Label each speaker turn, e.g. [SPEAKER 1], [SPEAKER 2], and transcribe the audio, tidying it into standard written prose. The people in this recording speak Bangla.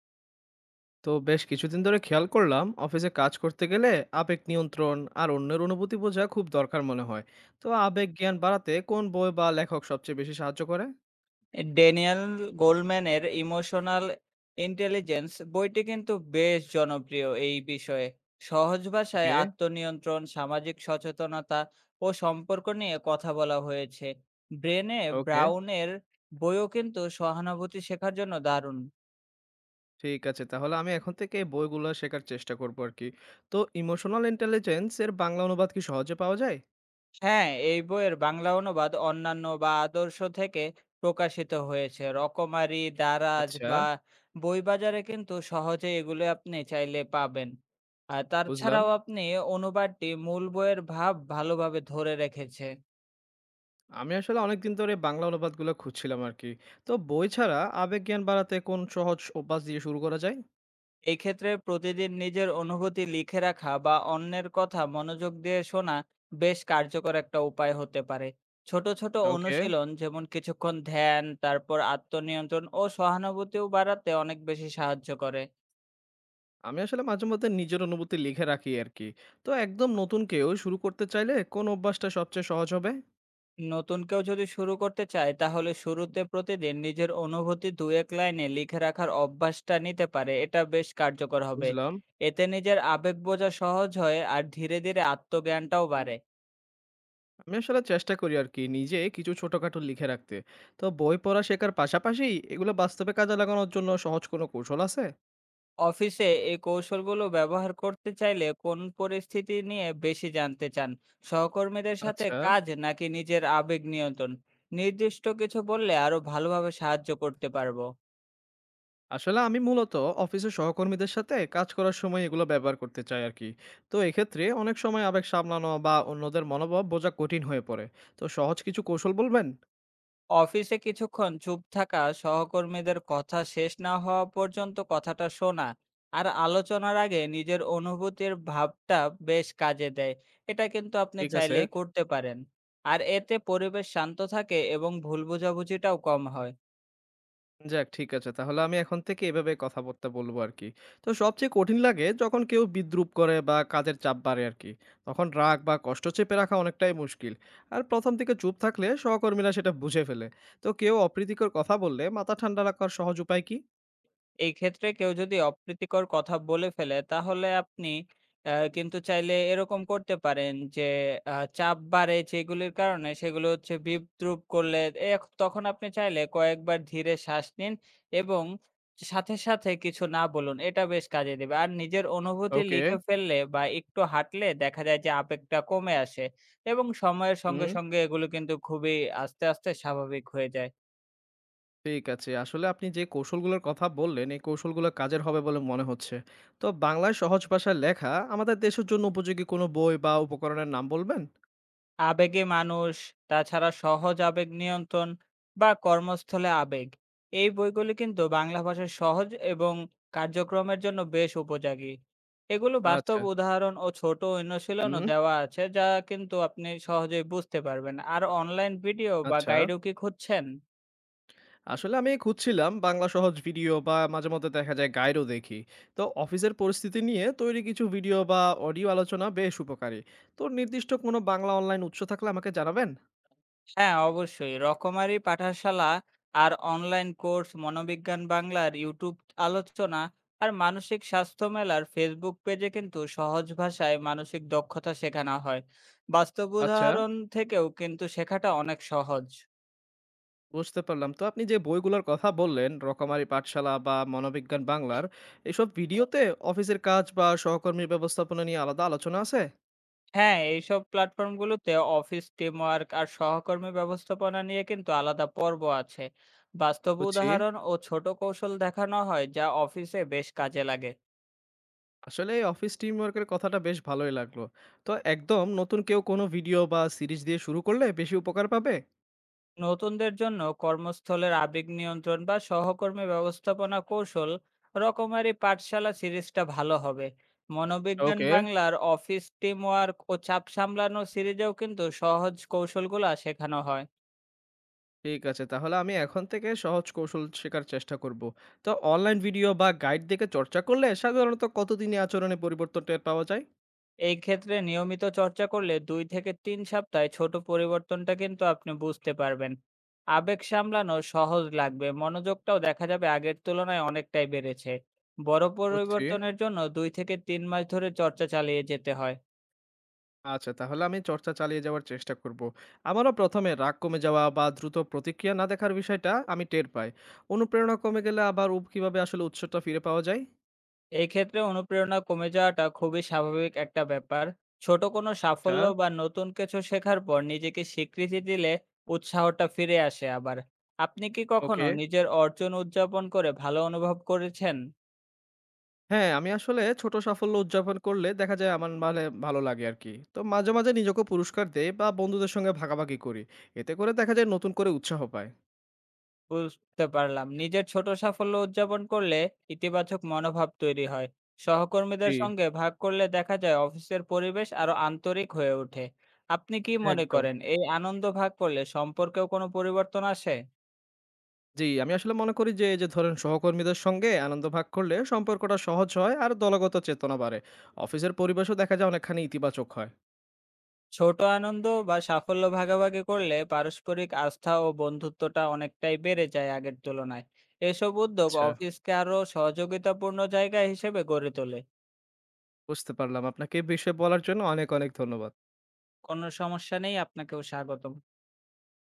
[SPEAKER 1] তো বেশ কিছুদিন ধরে খেয়াল করলাম অফিসে কাজ করতে গেলে আবেগ নিয়ন্ত্রণ আর অন্যের অনুভূতি বোঝা খুব দরকার মনে হয়। তো আবেগ জ্ঞান বাড়াতে কোন বই বা লেখক সবচেয়ে বেশি সাহায্য করে?
[SPEAKER 2] ড্যানিয়েল গোল্ডম্যানের ইমোশনাল ইন্টেলিজেন্স বইটি কিন্তু বেশ জনপ্রিয় এই বিষয়ে সহজ ভাষায়
[SPEAKER 1] ওকে।
[SPEAKER 2] আত্মনিয়ন্ত্রণ সামাজিক সচেতনতা ও সম্পর্ক নিয়ে কথা বলা হয়েছে ব্রেনে
[SPEAKER 1] ওকে,
[SPEAKER 2] ব্রাউনের বইও কিন্তু সহানুভূতি শেখার জন্য দারুণ।
[SPEAKER 1] ঠিক আছে, তাহলে আমি এখন থেকে এই বইগুলো শেখার চেষ্টা করব আর কি। তো ইমোশনাল ইন্টেলিজেন্স এর বাংলা অনুবাদ কি সহজে পাওয়া যায়?
[SPEAKER 2] হ্যাঁ, এই বইয়ের বাংলা অনুবাদ অন্যান্য বা আদর্শ থেকে প্রকাশিত হয়েছে। রকমারি, দারাজ
[SPEAKER 1] আচ্ছা।
[SPEAKER 2] বা বইবাজারে কিন্তু সহজে এগুলো আপনি চাইলে পাবেন। আর
[SPEAKER 1] বুঝলাম।
[SPEAKER 2] তাছাড়াও আপনি অনুবাদটি মূল বইয়ের ভাব ভালোভাবে ধরে রেখেছে।
[SPEAKER 1] আমি আসলে অনেকদিন ধরে বাংলা অনুবাদগুলো খুঁজছিলাম আর কি। তো বই ছাড়া আবেগ জ্ঞান বাড়াতে কোন সহজ অভ্যাস দিয়ে শুরু করা যায়?
[SPEAKER 2] এই ক্ষেত্রে প্রতিদিন নিজের অনুভূতি লিখে রাখা বা অন্যের কথা মনোযোগ দিয়ে শোনা বেশ কার্যকর একটা উপায় হতে পারে। ছোট ছোট
[SPEAKER 1] ওকে।
[SPEAKER 2] অনুশীলন যেমন কিছুক্ষণ ধ্যান তারপর আত্মনিয়ন্ত্রণ ও সহানুভূতিও বাড়াতে অনেক বেশি সাহায্য করে।
[SPEAKER 1] আমি আসলে মাঝেমধ্যে নিজের অনুভূতি লিখে রাখি আর কি। তো একদম নতুন কেউ শুরু করতে চাইলে কোন অভ্যাসটা সবচেয়ে সহজ হবে?
[SPEAKER 2] নতুন কেউ যদি শুরু করতে চায় তাহলে শুরুতে প্রতিদিন নিজের অনুভূতি দু এক লাইনে লিখে রাখার অভ্যাসটা নিতে পারে, এটা বেশ কার্যকর হবে।
[SPEAKER 1] বুঝলাম।
[SPEAKER 2] এতে নিজের আবেগ বোঝা সহজ হয় আর ধীরে ধীরে আত্মজ্ঞানটাও বাড়ে।
[SPEAKER 1] আমি আসলে চেষ্টা করি আর কি নিজে কিছু ছোটখাটো লিখে রাখতে। তো বই পড়া শেখার পাশাপাশি এগুলো বাস্তবে কাজে লাগানোর জন্য সহজ কোনো কৌশল আছে?
[SPEAKER 2] অফিসে এই কৌশলগুলো ব্যবহার করতে চাইলে কোন পরিস্থিতি নিয়ে বেশি জানতে চান, সহকর্মীদের সাথে
[SPEAKER 1] আচ্ছা।
[SPEAKER 2] কাজ নাকি নিজের আবেগ নিয়ন্ত্রণ? নির্দিষ্ট কিছু বললে আরো ভালোভাবে সাহায্য করতে পারবো।
[SPEAKER 1] আসলে আমি মূলত অফিসের সহকর্মীদের সাথে কাজ করার সময় এগুলো ব্যবহার করতে চাই আর কি। তো এক্ষেত্রে অনেক সময় আবেগ সামলানো বা অন্যদের মনোভাব বোঝা কঠিন হয়ে পড়ে। তো সহজ কিছু কৌশল বলবেন?
[SPEAKER 2] অফিসে কিছুক্ষণ চুপ থাকা, সহকর্মীদের কথা শেষ না হওয়া পর্যন্ত কথাটা শোনা, আর আলোচনার আগে নিজের অনুভূতির ভাবটা বেশ কাজে দেয়। এটা কিন্তু আপনি
[SPEAKER 1] ঠিক আছে।
[SPEAKER 2] চাইলেই করতে পারেন। আর এতে পরিবেশ শান্ত থাকে এবং ভুল বোঝাবুঝিটাও কম হয়।
[SPEAKER 1] যাক, ঠিক আছে। তাহলে আমি এখন থেকে এভাবে কথাবার্তা বলবো আরকি। তো সবচেয়ে কঠিন লাগে যখন কেউ বিদ্রূপ করে বা কাজের চাপ বাড়ে আরকি। তখন রাগ বা কষ্ট চেপে রাখা অনেকটাই মুশকিল। আর ১ম থেকে চুপ থাকলে সহকর্মীরা সেটা বুঝে ফেলে। তো কেউ অপ্রীতিকর কথা বললে মাথা ঠান্ডা রাখার সহজ উপায় কি?
[SPEAKER 2] এই ক্ষেত্রে কেউ যদি অপ্রীতিকর কথা বলে ফেলে তাহলে আপনি কিন্তু চাইলে এরকম করতে পারেন যে চাপ বাড়ে যেগুলির কারণে সেগুলো হচ্ছে বিদ্রূপ করলে তখন আপনি চাইলে কয়েকবার ধীরে শ্বাস নিন এবং সাথে, সাথে কিছু না বলুন। এটা বেশ কাজে দেবে। আর নিজের অনুভূতি
[SPEAKER 1] ওকে।
[SPEAKER 2] লিখে ফেললে বা একটু হাঁটলে দেখা যায় যে আবেগটা কমে আসে এবং সময়ের সঙ্গে,
[SPEAKER 1] হুম।
[SPEAKER 2] সঙ্গে এগুলো কিন্তু খুবই আস্তে, আস্তে স্বাভাবিক হয়ে যায়।
[SPEAKER 1] ঠিক আছে। আসলে আপনি যে কৌশলগুলোর কথা বললেন, এই কৌশলগুলো কাজের হবে বলে মনে হচ্ছে। তো বাংলায় সহজ ভাষায় লেখা আমাদের দেশের জন্য উপযোগী কোনো বই বা উপকরণের নাম বলবেন?
[SPEAKER 2] আবেগে মানুষ, তাছাড়া সহজ আবেগ নিয়ন্ত্রণ বা কর্মস্থলে আবেগ। এই বইগুলি কিন্তু বাংলা ভাষায় সহজ এবং কার্যক্রমের জন্য বেশ উপযোগী। এগুলো বাস্তব
[SPEAKER 1] আচ্ছা।
[SPEAKER 2] উদাহরণ ও ছোট অনুশীলনও
[SPEAKER 1] হুম।
[SPEAKER 2] দেওয়া আছে যা কিন্তু আপনি সহজেই বুঝতে পারবেন। আর অনলাইন ভিডিও বা
[SPEAKER 1] আচ্ছা।
[SPEAKER 2] গাইডও কি খুঁজছেন?
[SPEAKER 1] আসলে আমি খুঁজছিলাম বাংলা সহজ ভিডিও বা মাঝে মধ্যে দেখা যায় গাইডও দেখি। তো অফিসের পরিস্থিতি নিয়ে তৈরি কিছু ভিডিও বা অডিও আলোচনা বেশ উপকারী। তো নির্দিষ্ট কোনো বাংলা অনলাইন উৎস থাকলে আমাকে জানাবেন।
[SPEAKER 2] হ্যাঁ, অবশ্যই। রকমারি পাঠশালা আর অনলাইন কোর্স, মনোবিজ্ঞান বাংলার ইউটিউব আলোচনা আর মানসিক স্বাস্থ্য মেলার ফেসবুক পেজে কিন্তু সহজ ভাষায় মানসিক দক্ষতা শেখানো হয়। বাস্তব
[SPEAKER 1] আচ্ছা।
[SPEAKER 2] উদাহরণ থেকেও কিন্তু শেখাটা অনেক সহজ।
[SPEAKER 1] বুঝতে পারলাম। তো আপনি যে বইগুলোর কথা বললেন রকমারি পাঠশালা বা মনোবিজ্ঞান বাংলার, এসব ভিডিওতে অফিসের কাজ বা সহকর্মীর ব্যবস্থাপনা নিয়ে আলাদা আলোচনা আছে?
[SPEAKER 2] হ্যাঁ, এইসব প্ল্যাটফর্মগুলোতে অফিস টিমওয়ার্ক আর সহকর্মী ব্যবস্থাপনা নিয়ে কিন্তু আলাদা পর্ব আছে। বাস্তব
[SPEAKER 1] বুঝছি।
[SPEAKER 2] উদাহরণ ও ছোট কৌশল দেখানো হয় যা অফিসে বেশ কাজে লাগে।
[SPEAKER 1] আসলে এই অফিস টিম ওয়ার্কের কথাটা বেশ ভালোই লাগলো। তো একদম নতুন কেউ কোনো ভিডিও বা সিরিজ দিয়ে শুরু করলে বেশি উপকার পাবে?
[SPEAKER 2] নতুনদের জন্য কর্মস্থলের আবেগ নিয়ন্ত্রণ বা সহকর্মী ব্যবস্থাপনা কৌশল, রকমারি পাঠশালা সিরিজটা ভালো হবে। মনোবিজ্ঞান
[SPEAKER 1] ওকে।
[SPEAKER 2] বাংলার অফিস টিম ওয়ার্ক ও চাপ সামলানো সিরিজেও কিন্তু সহজ কৌশলগুলা শেখানো হয়।
[SPEAKER 1] ঠিক আছে। তাহলে আমি এখন থেকে সহজ কৌশল শেখার চেষ্টা করব। তো অনলাইন ভিডিও বা গাইড দেখে চর্চা করলে সাধারণত কতদিনে আচরণে পরিবর্তন টের পাওয়া যায়?
[SPEAKER 2] এই ক্ষেত্রে নিয়মিত চর্চা করলে 2 থেকে 3 সপ্তাহে ছোট পরিবর্তনটা কিন্তু আপনি বুঝতে পারবেন। আবেগ সামলানো সহজ লাগবে, মনোযোগটাও দেখা যাবে আগের তুলনায় অনেকটাই বেড়েছে। বড়
[SPEAKER 1] বুঝছি।
[SPEAKER 2] পরিবর্তনের জন্য 2 থেকে 3 মাস ধরে চর্চা চালিয়ে যেতে হয়।
[SPEAKER 1] আচ্ছা, তাহলে আমি চর্চা চালিয়ে যাওয়ার চেষ্টা করব। আমারও প্রথমে রাগ কমে যাওয়া বা দ্রুত প্রতিক্রিয়া না দেখার বিষয়টা আমি টের পাই। অনুপ্রেরণা কমে গেলে আবার কিভাবে আসলে উৎসটা ফিরে পাওয়া যায়?
[SPEAKER 2] এক্ষেত্রে অনুপ্রেরণা কমে যাওয়াটা খুবই স্বাভাবিক একটা ব্যাপার। ছোট কোনো
[SPEAKER 1] আচ্ছা।
[SPEAKER 2] সাফল্য বা নতুন কিছু শেখার পর নিজেকে স্বীকৃতি দিলে উৎসাহটা ফিরে আসে আবার। আপনি কি কখনো
[SPEAKER 1] ওকে।
[SPEAKER 2] নিজের অর্জন উদযাপন করে ভালো অনুভব করেছেন?
[SPEAKER 1] হ্যাঁ, আমি আসলে ছোট সাফল্য উদযাপন করলে দেখা যায় আমার মানে ভালো লাগে আরকি। তো মাঝে, মাঝে নিজেকেও পুরস্কার দেই বা বন্ধুদের সঙ্গে ভাগাভাগি করি। এতে করে দেখা যায় নতুন করে উৎসাহ পায়।
[SPEAKER 2] বুঝতে পারলাম। নিজের ছোট সাফল্য উদযাপন করলে ইতিবাচক মনোভাব তৈরি হয়।
[SPEAKER 1] জি।
[SPEAKER 2] সহকর্মীদের সঙ্গে ভাগ করলে দেখা যায় অফিসের পরিবেশ আরো আন্তরিক হয়ে ওঠে। আপনি কি মনে
[SPEAKER 1] একদম।
[SPEAKER 2] করেন এই আনন্দ ভাগ করলে সম্পর্কেও কোনো পরিবর্তন আসে?
[SPEAKER 1] জি, আমি আসলে মনে করি যে এই যে ধরেন সহকর্মীদের সঙ্গে আনন্দ ভাগ করলে সম্পর্কটা সহজ হয় আর দলগত চেতনা বাড়ে। অফিসের পরিবেশও দেখা যায় অনেকখানি ইতিবাচক হয়।
[SPEAKER 2] ছোট আনন্দ বা সাফল্য ভাগাভাগি করলে পারস্পরিক আস্থা ও বন্ধুত্বটা অনেকটাই বেড়ে যায় আগের তুলনায়। এসব উদ্যোগ
[SPEAKER 1] আচ্ছা,
[SPEAKER 2] অফিসকে আরো সহযোগিতাপূর্ণ জায়গা হিসেবে গড়ে তোলে।
[SPEAKER 1] বুঝতে পারলাম। আপনাকে এই বিষয়ে বলার জন্য অনেক, অনেক ধন্যবাদ।
[SPEAKER 2] কোনো সমস্যা নেই, আপনাকেও স্বাগতম।